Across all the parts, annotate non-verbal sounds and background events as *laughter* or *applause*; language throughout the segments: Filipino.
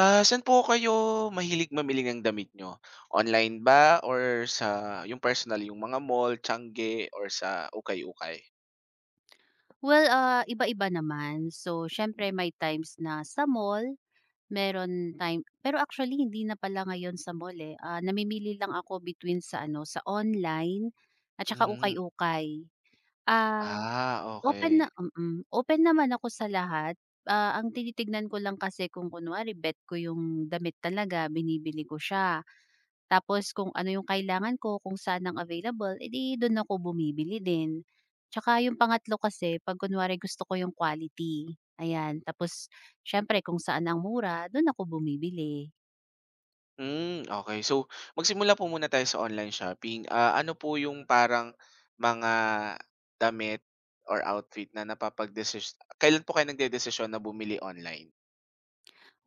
Ah, saan po kayo mahilig mamili ng damit nyo? Online ba or sa yung personal, yung mga mall, Tiange or sa ukay-ukay? Well, iba-iba naman. So, Mm. siyempre may times na sa mall, meron time pero actually hindi na pala ngayon sa mall, eh. Namimili lang ako between sa ano, sa online at saka Hmm, ukay-ukay. Ah, ah, Open na okay. Open naman ako sa lahat. Ang tinitignan ko lang kasi kung kunwari bet ko yung damit talaga, binibili ko siya. Tapos kung ano yung kailangan ko, kung saan ang available, edi di ako bumibili din. Tsaka yung pangatlo kasi 'pag kunwari gusto ko yung quality, ayan. Tapos siyempre kung saan ang mura, dun ako bumibili. Hmm, okay. So, magsimula po muna tayo sa online shopping. Ah, ano po yung parang mga damit or outfit na napapagdesis kailan po kayo nagdedesisyon na bumili online?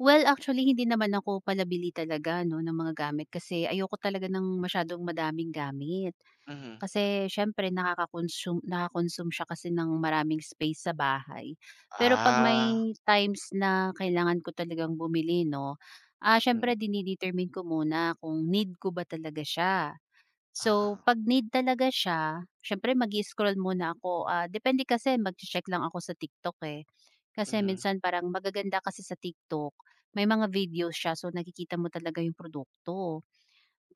Well, actually hindi naman ako palabili talaga 'no ng mga gamit kasi ayoko talaga ng masyadong madaming gamit. Mhm. Kasi syempre nako-consume siya kasi ng maraming space sa bahay. Pero 'pag Ah, may times na kailangan ko talagang bumili 'no, syempre mm. dine-determine ko muna kung need ko ba talaga siya. So Ah, 'pag need talaga siya, syempre mag-i-scroll muna ako, depende kasi magche-check lang ako sa TikTok, eh. Kasi mhm, minsan parang magaganda kasi sa TikTok, may mga videos siya so nakikita mo talaga yung produkto.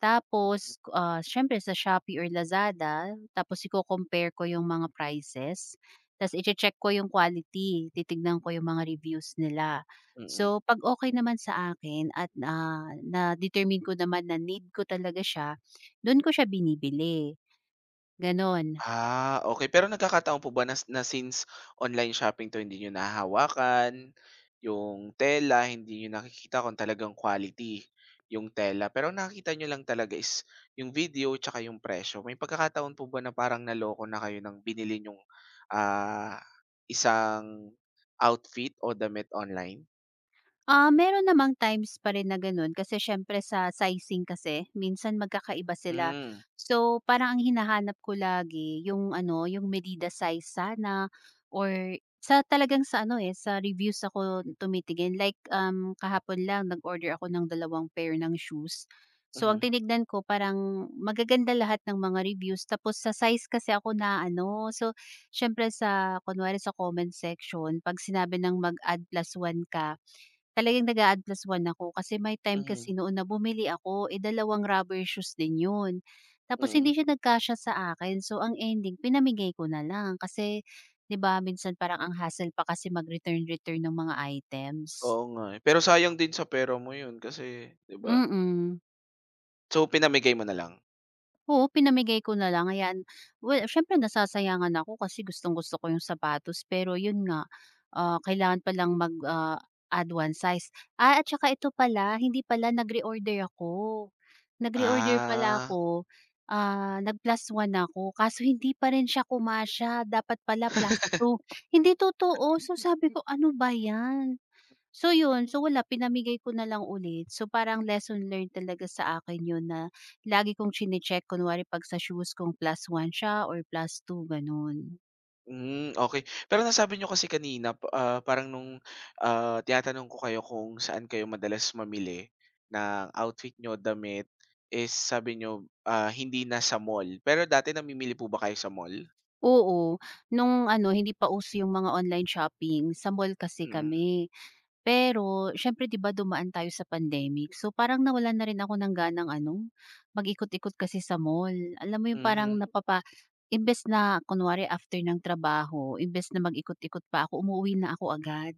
Tapos, siyempre sa Shopee or Lazada, tapos iko-compare ko yung mga prices, ta's iche-check ko yung quality, titignan ko yung mga reviews nila. mm. So, 'pag okay naman sa akin at, na-determine ko naman na need ko talaga siya, do'n ko siya binibili, gano'n. Ah, okay. Pero nagkakataon po ba na na since online shopping 'to hindi niyo nahahawakan, yung tela hindi niyo nakikita kung talagang quality yung tela, pero ang nakikita niyo lang talaga is yung video tsaka yung presyo. May pagkakataon po ba na parang naloko na kayo ng binili yung ah, isang outfit o damit online? Meron namang times pa rin na gano'n kasi siyempre sa sizing kasi minsan magkakaiba sila. Hmm, So, parang ang hinahanap ko lagi yung ano, yung medida size sana or sa talagang sa ano eh, sa reviews ako tumitingin. Like kahapon lang nag-order ako ng dalawang pair ng shoes. So, ang mhm, tinignan ko parang magaganda lahat ng mga reviews. Tapos sa size kasi ako na ano. So, syempre sa kunwari sa comment section, pag sinabi ng mag-add plus one ka, talagang nag-a-add plus one ako kasi may time kasi mhm, noon na bumili ako, eh, dalawang rubber shoes din 'yun. Tapos hindi mm. siya nagkasya sa akin so ang ending pinamigay ko na lang kasi 'di ba minsan parang ang hassle pa kasi mag-return-return ng mga items. Oo nga, eh. Pero sayang din sa pera mo yun kasi, 'di ba? Mm. So, pinamigay mo na lang? Oo, pinamigay ko na lang, ayan. Well, siyempre nasasayangan ako kasi gustong-gusto ko yung sapatos pero yun nga, kailangan palang mag, add one size. At saka ito pala, hindi pala nag-reorder ako. Nag-reorder pala Ah. ako, nag-plus one ako kaso hindi pa rin siya kumasya dapat pala plus two. Hindi totoo, so sabi ko ano ba yan? So yun, so wala pinamigay ko na lang ulit. So parang lesson learned talaga sa akin yun na lagi kong chine-check kunwari 'pag sa shoes kong plus one siya or +2 ganun. Hmm, okay. Pero nasabi niyo kasi kanina pa parang nung, tinatanong ko kayo kung saan kayo madalas mamili ng outfit niyo, damit, is sabi niyo, hindi na sa mall. Pero dati namimili po ba kayo sa mall? Oo, nung ano hindi pa uso yung mga online shopping, sa mall kasi Mm, kami. Pero siyempre 'di ba dumaan tayo sa pandemic, so parang nawalan na rin ako ng ganang ano, mag-ikot-ikot kasi sa mall. Alam mo yung parang mhm, napapa imbes na kunwari after ng trabaho, imbes na mag-ikot-ikot pa ako, umuwi na ako agad.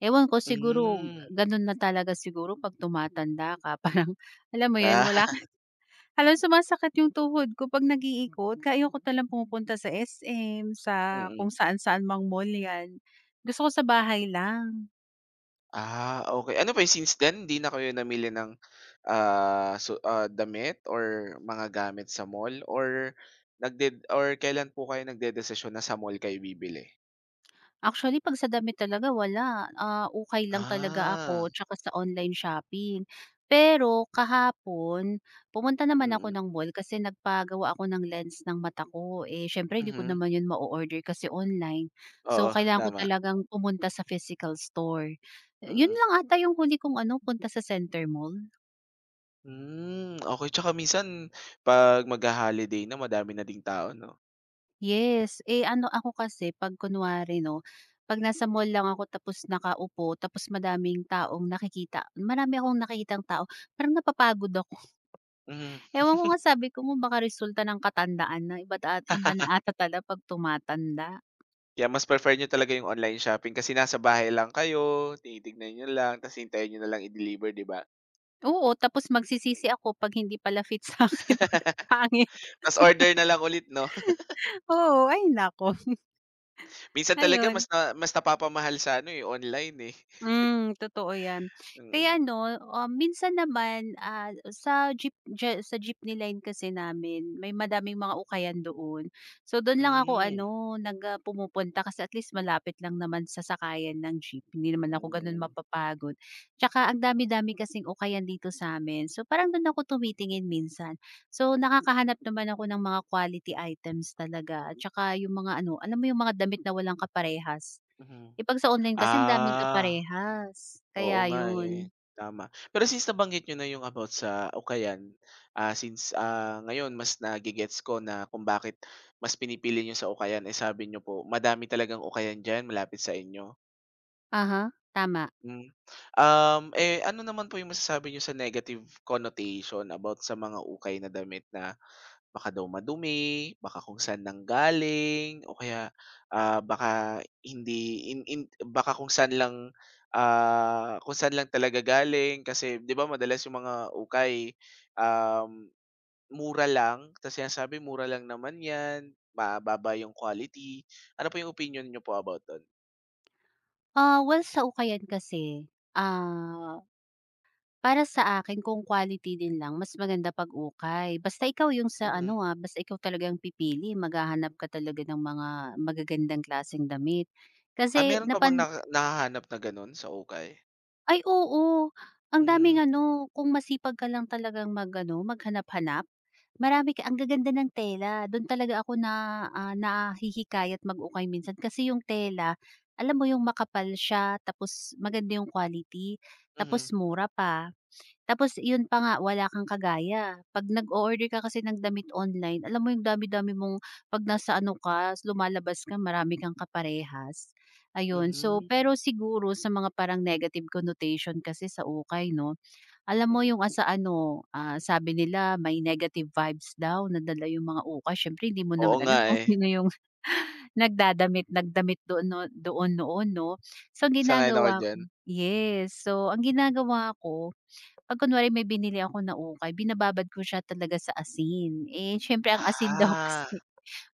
Ewan ko siguro hmm. ganun na talaga siguro 'pag tumatanda ka *laughs* parang alam mo yun, Ah, wala *laughs* halos sumasakit yung tuhod ko 'pag nag-iikot, kaya ayoko na lang pumupunta sa SM, mm. sa Mm. kung saan-saan mang mall 'yan. Gusto ko sa bahay lang. Ah, okay. Ano pa yun, since then hindi na kayo namili ng, so damit or mga gamit sa mall or nagde or kailan po kayo nagdedesisyon na sa mall kayo bibili? Actually 'pag sa damit talaga wala, ukay lang talaga Ah, ako tsaka sa online shopping. Pero kahapon, pumunta naman ako mm, ng mall kasi nagpagawa ako ng lens ng mata ko, eh, siyempre hindi ko mhm. naman 'yun ma order kasi online. So Oo, kailangan ko tama, talagang pumunta sa physical store. 'Yun mm. lang ata yung huli kong ano, punta sa Center Mall. Hmm, okey. Tsaka minsan 'pag magha-holiday na madami na ding tao 'no? Yes, eh, ano ako kasi 'pag kunwari 'no, 'pag nasa mall lang ako tapos nakaupo tapos madaming taong nakikita marami akong nakikitang tao, parang napapagod ako. Mhm, Ewan ko nga sabi ko mo baka resulta ng katandaan na iba't at iba na ata tala 'pag tumatanda. kaya mas prefer nyo talaga yung online shopping kasi nasa bahay lang kayo, tinitignan niyo lang tas hintayin niyo na lang i-deliver, 'di ba? Oo, tapos magsisisi ako 'pag hindi pala fit sa akin *laughs* or pangit. *laughs* Tas order na lang ulit 'no? *laughs* Oo, ay nako, Minsan talaga mas ayun. na mas napapamahal sa ano, eh, online, eh. *laughs* Hmm, totoo 'yan. Kaya Mm. ano, minsan naman, sa jeep je sa jeepney line kasi namin may madaming mga ukayan doon. So, do'n lang ako Hmm, ano, nag pumupunta kasi at least malapit lang naman sa sakayan ng jeep, hindi naman ako gano'n mm, mapapagod. Tsaka ang dami-dami kasing ukayan dito sa sa'min, so parang do'n ako tumitingin minsan. So, nakakahanap naman ako ng mga quality items talaga at tsaka yung mga ano, alam mo yung mga damit na walang kaparehas? mhm. Eh, 'pag sa online kasi ang daming Ah. kaparehas, Oo kaya nga, eh, yun. tama. Pero since nabanggit niyo na yung about sa Ukayan, ah, since, ngayon mas nagigets ko na kung bakit mas pinipili niyo sa Ukayan, eh, sabi niyo po madami talagang Ukayan diyan malapit sa inyo. Aha, tama. Hmm. Eh, ano naman po yung masasabi niyo sa negative connotation about sa mga ukay na damit na baka daw madumi, baka kung saan nanggaling, o kaya, baka hindi in baka kung saan lang, kung saan lang talaga galing kasi 'di ba madalas yung mga ukay, um, mura lang tas sinasabi mura lang naman 'yan, mababa yung quality. Ano po yung opinyon niyo po about dun? Ah, well, sa ukayan kasi, ah, para sa akin kung quality din lang mas maganda 'pag ukay. Basta ikaw yung sa Mhm. ano, basta ikaw talagang pipili, maghahanap ka talaga ng mga magagandang klaseng damit. Kasi Ah, hmm, meron pa napan bang nahahanap na gano'n sa ukay? ay oo, ang Hmm, daming ano, kung masipag ka lang talagang mag-ano, maghanap-hanap, marami ka ang gaganda ng tela. Do'n talaga ako na, nahihikayat mag-ukay minsan kasi yung tela, alam mo yung makapal siya tapos maganda yung quality, tapos mhm, mura pa. Tapos yun pa nga, wala kang kagaya. 'Pag nag-o-order ka kasi ng damit online, alam mo yung dami-dami mong 'pag nasa ano ka, lumalabas ka, marami kang kaparehas, ayun. So, mhm, pero siguro sa mga parang negative connotation kasi sa ukay 'no, alam mo mm. yung, asa ano, sabi nila may negative vibes daw na yung mga ukay. Siyempre hindi mo Oo naman nga, alam kung eh, sino yung *laughs* nagdadamit nagdamit doon no doon noon 'no. So, ang sang-ayon ako ginagawa ko diyan. yes. So, ang ginagawa ko 'pag kunwari may binili ako na ukay binababad ko siya talaga sa asin, eh, siyempre ang asin daw *laughs* Ah. kasi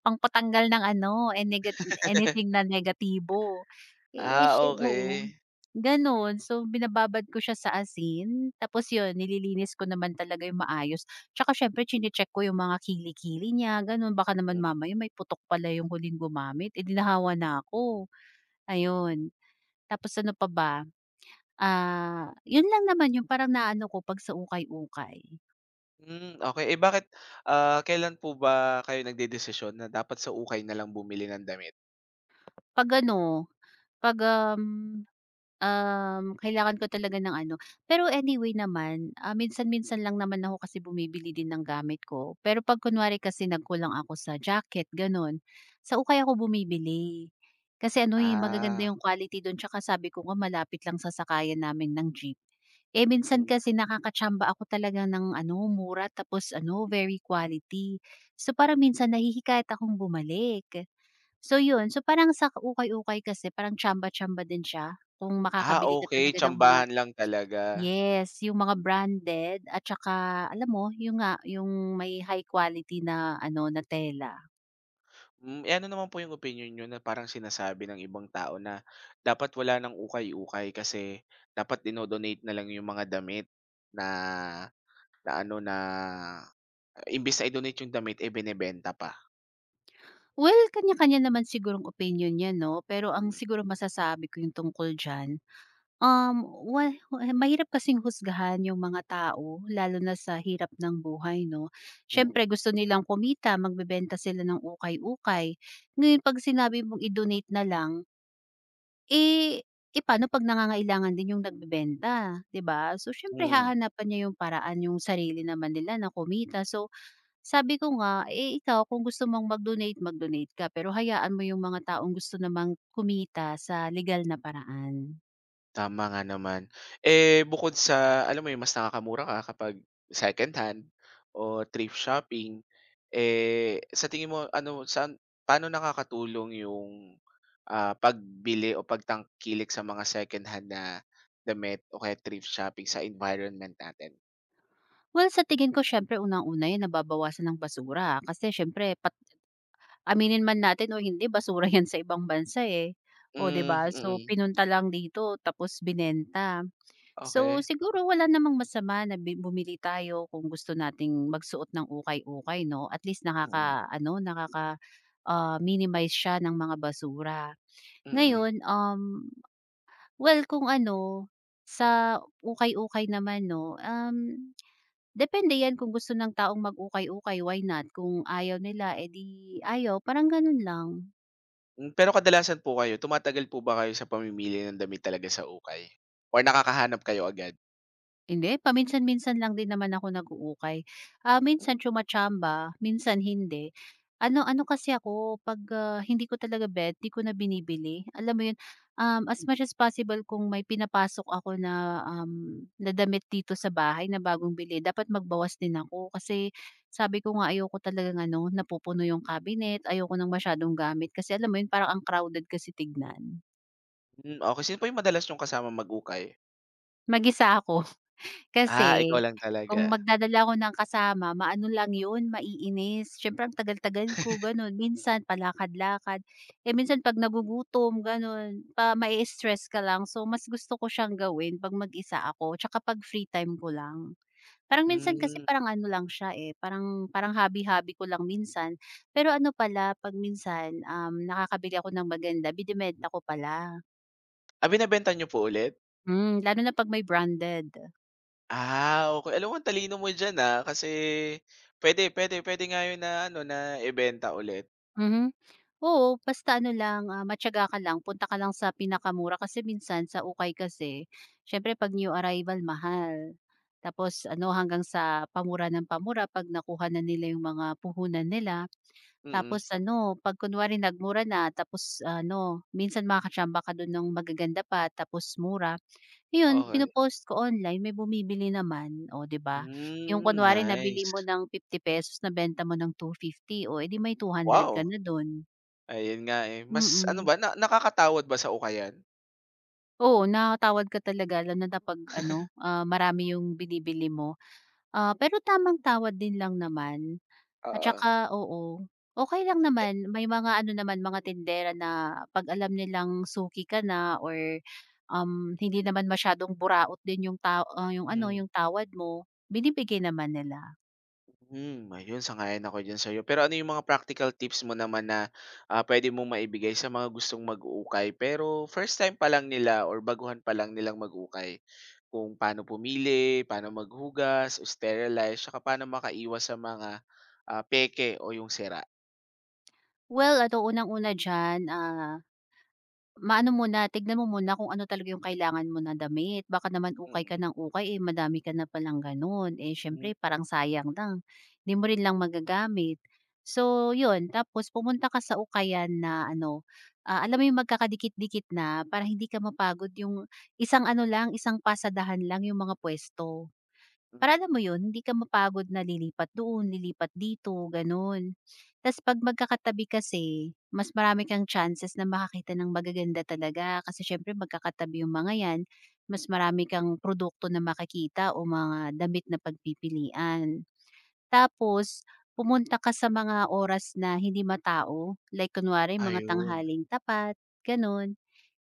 pangpatanggal ng ano, eh, nega *laughs* anything na negatibo. Eh, Ah, siye oo, okey. gano'n. So, binababad ko siya sa asin tapos 'yun nililinis ko naman talaga yung maayos. Tsaka siyempre chine-check ko yung mga kili-kili niya gano'n, baka naman Mm. mamaya may putok pala yung huling gumamit, eh, di na ako, ayun. Tapos ano pa ba? Yun lang naman yung parang naano ko 'pag sa ukay-ukay. Hmm, okey, eh, bakit, kailan po ba kayo nagdedesisyon na dapat sa ukay na lang bumili ng damit? 'Pag ano, 'pag, um um, kailangan ko talaga ng ano pero anyway naman, minsan-minsan lang naman ako kasi bumibili din ng gamit ko. Pero 'pag kunwari kasi nagkulang ako sa jacket gano'n, sa ukay ako bumibili. Kasi ano, eh, magaganda Ah, yung quality do'n tsaka sabi ko nga malapit lang sa sakayan namin ng jeep. Eh, minsan mm. kasi nakakachamba ako talaga ng ano, mura tapos ano, very quality. So, para minsan nahihikayat akong bumalik. So yun, so parang sa ukay-ukay kasi parang tsamba-tsamba din siya kung Ah, makakabili ka okey, talaga ng mga tsambahan lang talaga. yes, yung mga branded at saka alam mo yung nga, yung may high quality na ano, na tela. Hmm, eh, ano naman po yung opinyon niyo na parang sinasabi ng ibang tao na dapat wala ng ukay-ukay kasi dapat dino-donate na lang yung mga damit na na ano na imbes na i-donate yung damit, eh, binebenta pa? Well, kanya-kanya naman sigurong opinyon yan 'no, pero ang Mm, siguro masasabi ko yung tungkol diyan, wa wa- mahirap kasing husgahan yung mga tao lalo na sa hirap ng buhay 'no. mm, Siyempre gusto nilang kumita, magbebenta sila ng ukay-ukay. Ngayon 'pag sinabi mong i-donate na lang eh, eh, paano 'pag nangangailangan din yung nagbebenta, 'di ba? So, siyempre hmm. hahanapan niya yung paraan yung sarili naman nila na kumita. So, sabi ko nga, eh, ikaw kung gusto mong mag-donate, mag-donate ka pero hayaan mo yung mga taong gusto namang kumita sa legal na paraan. Tama nga naman. Eh, bukod sa alam mo yun, mas nakakamura ka kapag second hand o thrift shopping, eh, sa tingin mo ano paano nakakatulong yung, pagbili o pagtangkilik sa mga second hand na damit o kaya thrift shopping sa environment natin? Well, sa tingin ko siyempre unang-una yan nababawasan ng basura kasi siyempre pat aminin man natin o hindi basura *laughs* yan sa ibang bansa, eh, o 'di Hmm, ba? So, mm. pinunta lang dito tapos binenta. So, Okey. siguro wala namang masama na bi bumili tayo kung gusto nating magsuot ng ukay-ukay 'no, at least Mm, nakaka-ano, nakaka, minimize siya ng mga basura. mm. Ngayon, well kung ano, sa ukay-ukay naman 'no, um, depende 'yan kung gusto ng taong mag-ukay-ukay, why not? Kung ayaw nila, edi ayaw, parang gano'n lang. Hmm, pero kadalasan po kayo, tumatagal po ba kayo sa pamimili ng damit talaga sa ukay or nakakahanap kayo agad? Hindi, paminsan-minsan lang din naman ako nag-uukay. Minsan tsumatsamba, minsan hindi. Ano ano kasi ako 'pag, hindi ko talaga bet, 'di ko na binibili. Alam mo 'yun, as much as possible kung may pinapasok ako na, na damit dito sa bahay na bagong bili, dapat magbawas din ako. Kasi sabi ko nga ayoko talagang ano, napupuno yung cabinet, ayoko ng masyadong gamit kasi alam mo 'yun, parang ang crowded kasi tignan. Hmm, okey. Sino po yung madalas niyong kasama mag-ukay? Mag-isa ako. Ah, ikaw Kasi lang talaga. kung magdadala ako ng kasama maano lang yun, maiinis. Siyempre ang tagal-tagal ko gano'n, minsan palakad-lakad, eh, minsan 'pag nagugutom gano'n, pa may stress ka lang. So mas gusto ko siyang gawin 'pag mag-isa ako tsaka 'pag free time ko lang. Parang minsan kasi Hmm, parang ano lang siya, eh, parang parang hobby-hobby ko lang minsan. Pero ano pala 'pag minsan, nakakabili ako ng maganda binebenta ko pala. ah, binebenta niyo po ulit? Hmm, lalo na 'pag may branded. Ah, okey. Alam mo ang talino mo diyan, kasi puwede nga yun na ano, na ibenta ulit. Mhm. Oo, basta ano lang, matiyaga ka lang, punta ka lang sa pinakamura kasi minsan sa ukay kasi, siyempre 'pag new arrival mahal. Tapos ano, hanggang sa pamura ng pamura 'pag nakuha na nila yung mga puhunan nila. Mm, Tapos ano, 'pag kunwari nagmura na tapos ano, minsan makakatsamba ka dun ng magaganda pa tapos mura. Ayun. Mm. okey. Ko online, may bumibili naman, o 'di ba? Yung Hmm, kunwari nabili mo nice. ng ₱50 nabenta mo ng 250, o edi may ₱200 ka Wow! na dun. Ayun nga, eh. Mas ano Mm. ba, na nakakatawad ba sa ukayan? Oo, natawad ka talaga lalo na kapag ano, marami yung binibili mo. Ah, pero tamang tawad din lang naman at Oo, saka oo, okey lang eh naman may mga ano naman mga tindera na 'pag alam nilang suki ka na or, hindi naman masyadong buraot din yung ta ah, yung ano, mm. yung tawad mo, binibigay naman nila. Hmm, ayun sang-ayon ako diyan sa'yo. Pero ano yung mga practical tips mo naman na, puwede mong maibigay sa mga gustong mag-ukay pero first time pa lang nila or baguhan pa lang nilang mag-ukay? Kung paano pumili, paano maghugas o sterilize, tsaka paano makaiwas sa mga, peke o yung sira? Well, ano unang-una diyan, maano muna, tignan mo muna kung ano talaga yung kailangan mo na damit. Baka naman ukay ka Mm. ng ukay, eh, madami ka na palang gano'n. Eh, siyempre Hmm, parang sayang lang, 'di mo rin lang magagamit. So, 'yun tapos pumunta ka sa ukayan na ano, alam mo yung magkakadikit-dikit na para hindi ka mapagod yung isang ano lang, isang pasadahan lang yung mga puwesto. Para hmm. alam mo yun, hindi ka mapagod na lilipat doon, lilipat dito, gano'n. Tas 'pag magkakatabi kasi, mas marami kang chances na makakita ng magaganda talaga kasi siyempre magkakatabi yung mga 'yan, mas marami kang produkto na makakita o mga damit na pagpipilian. Tapos pumunta ka sa mga oras na hindi matao, like kunwari mga Ayun, tanghaling tapat, gano'n.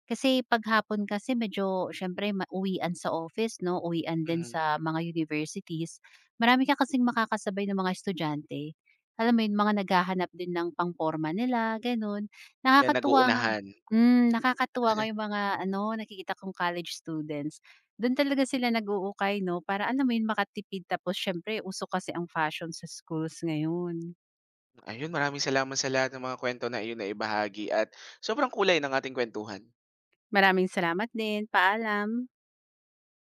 Kasi 'pag hapon kasi medyo siyempre ma uwian sa office 'no, uwian din mhm. sa mga universities. Marami ka kasing makakasabay na mga estudyante. Alam mo 'yun, mga naghahanap din ng pangporma nila, gano'n. Kaya Nakakatuwa nga nag-uunahan. hmm, nakakatuwa nga yung mga ano, nakikita kong college students. Do'n talaga sila nag-uukay 'no, para alam mo 'yun, makatipid tapos siyempre uso kasi ang fashion sa schools ngayon. Ayun, maraming salamat sa lahat ng mga kuwento na iyong naibahagi at sobrang kulay ng ating kwentuhan. Maraming salamat din, paalam.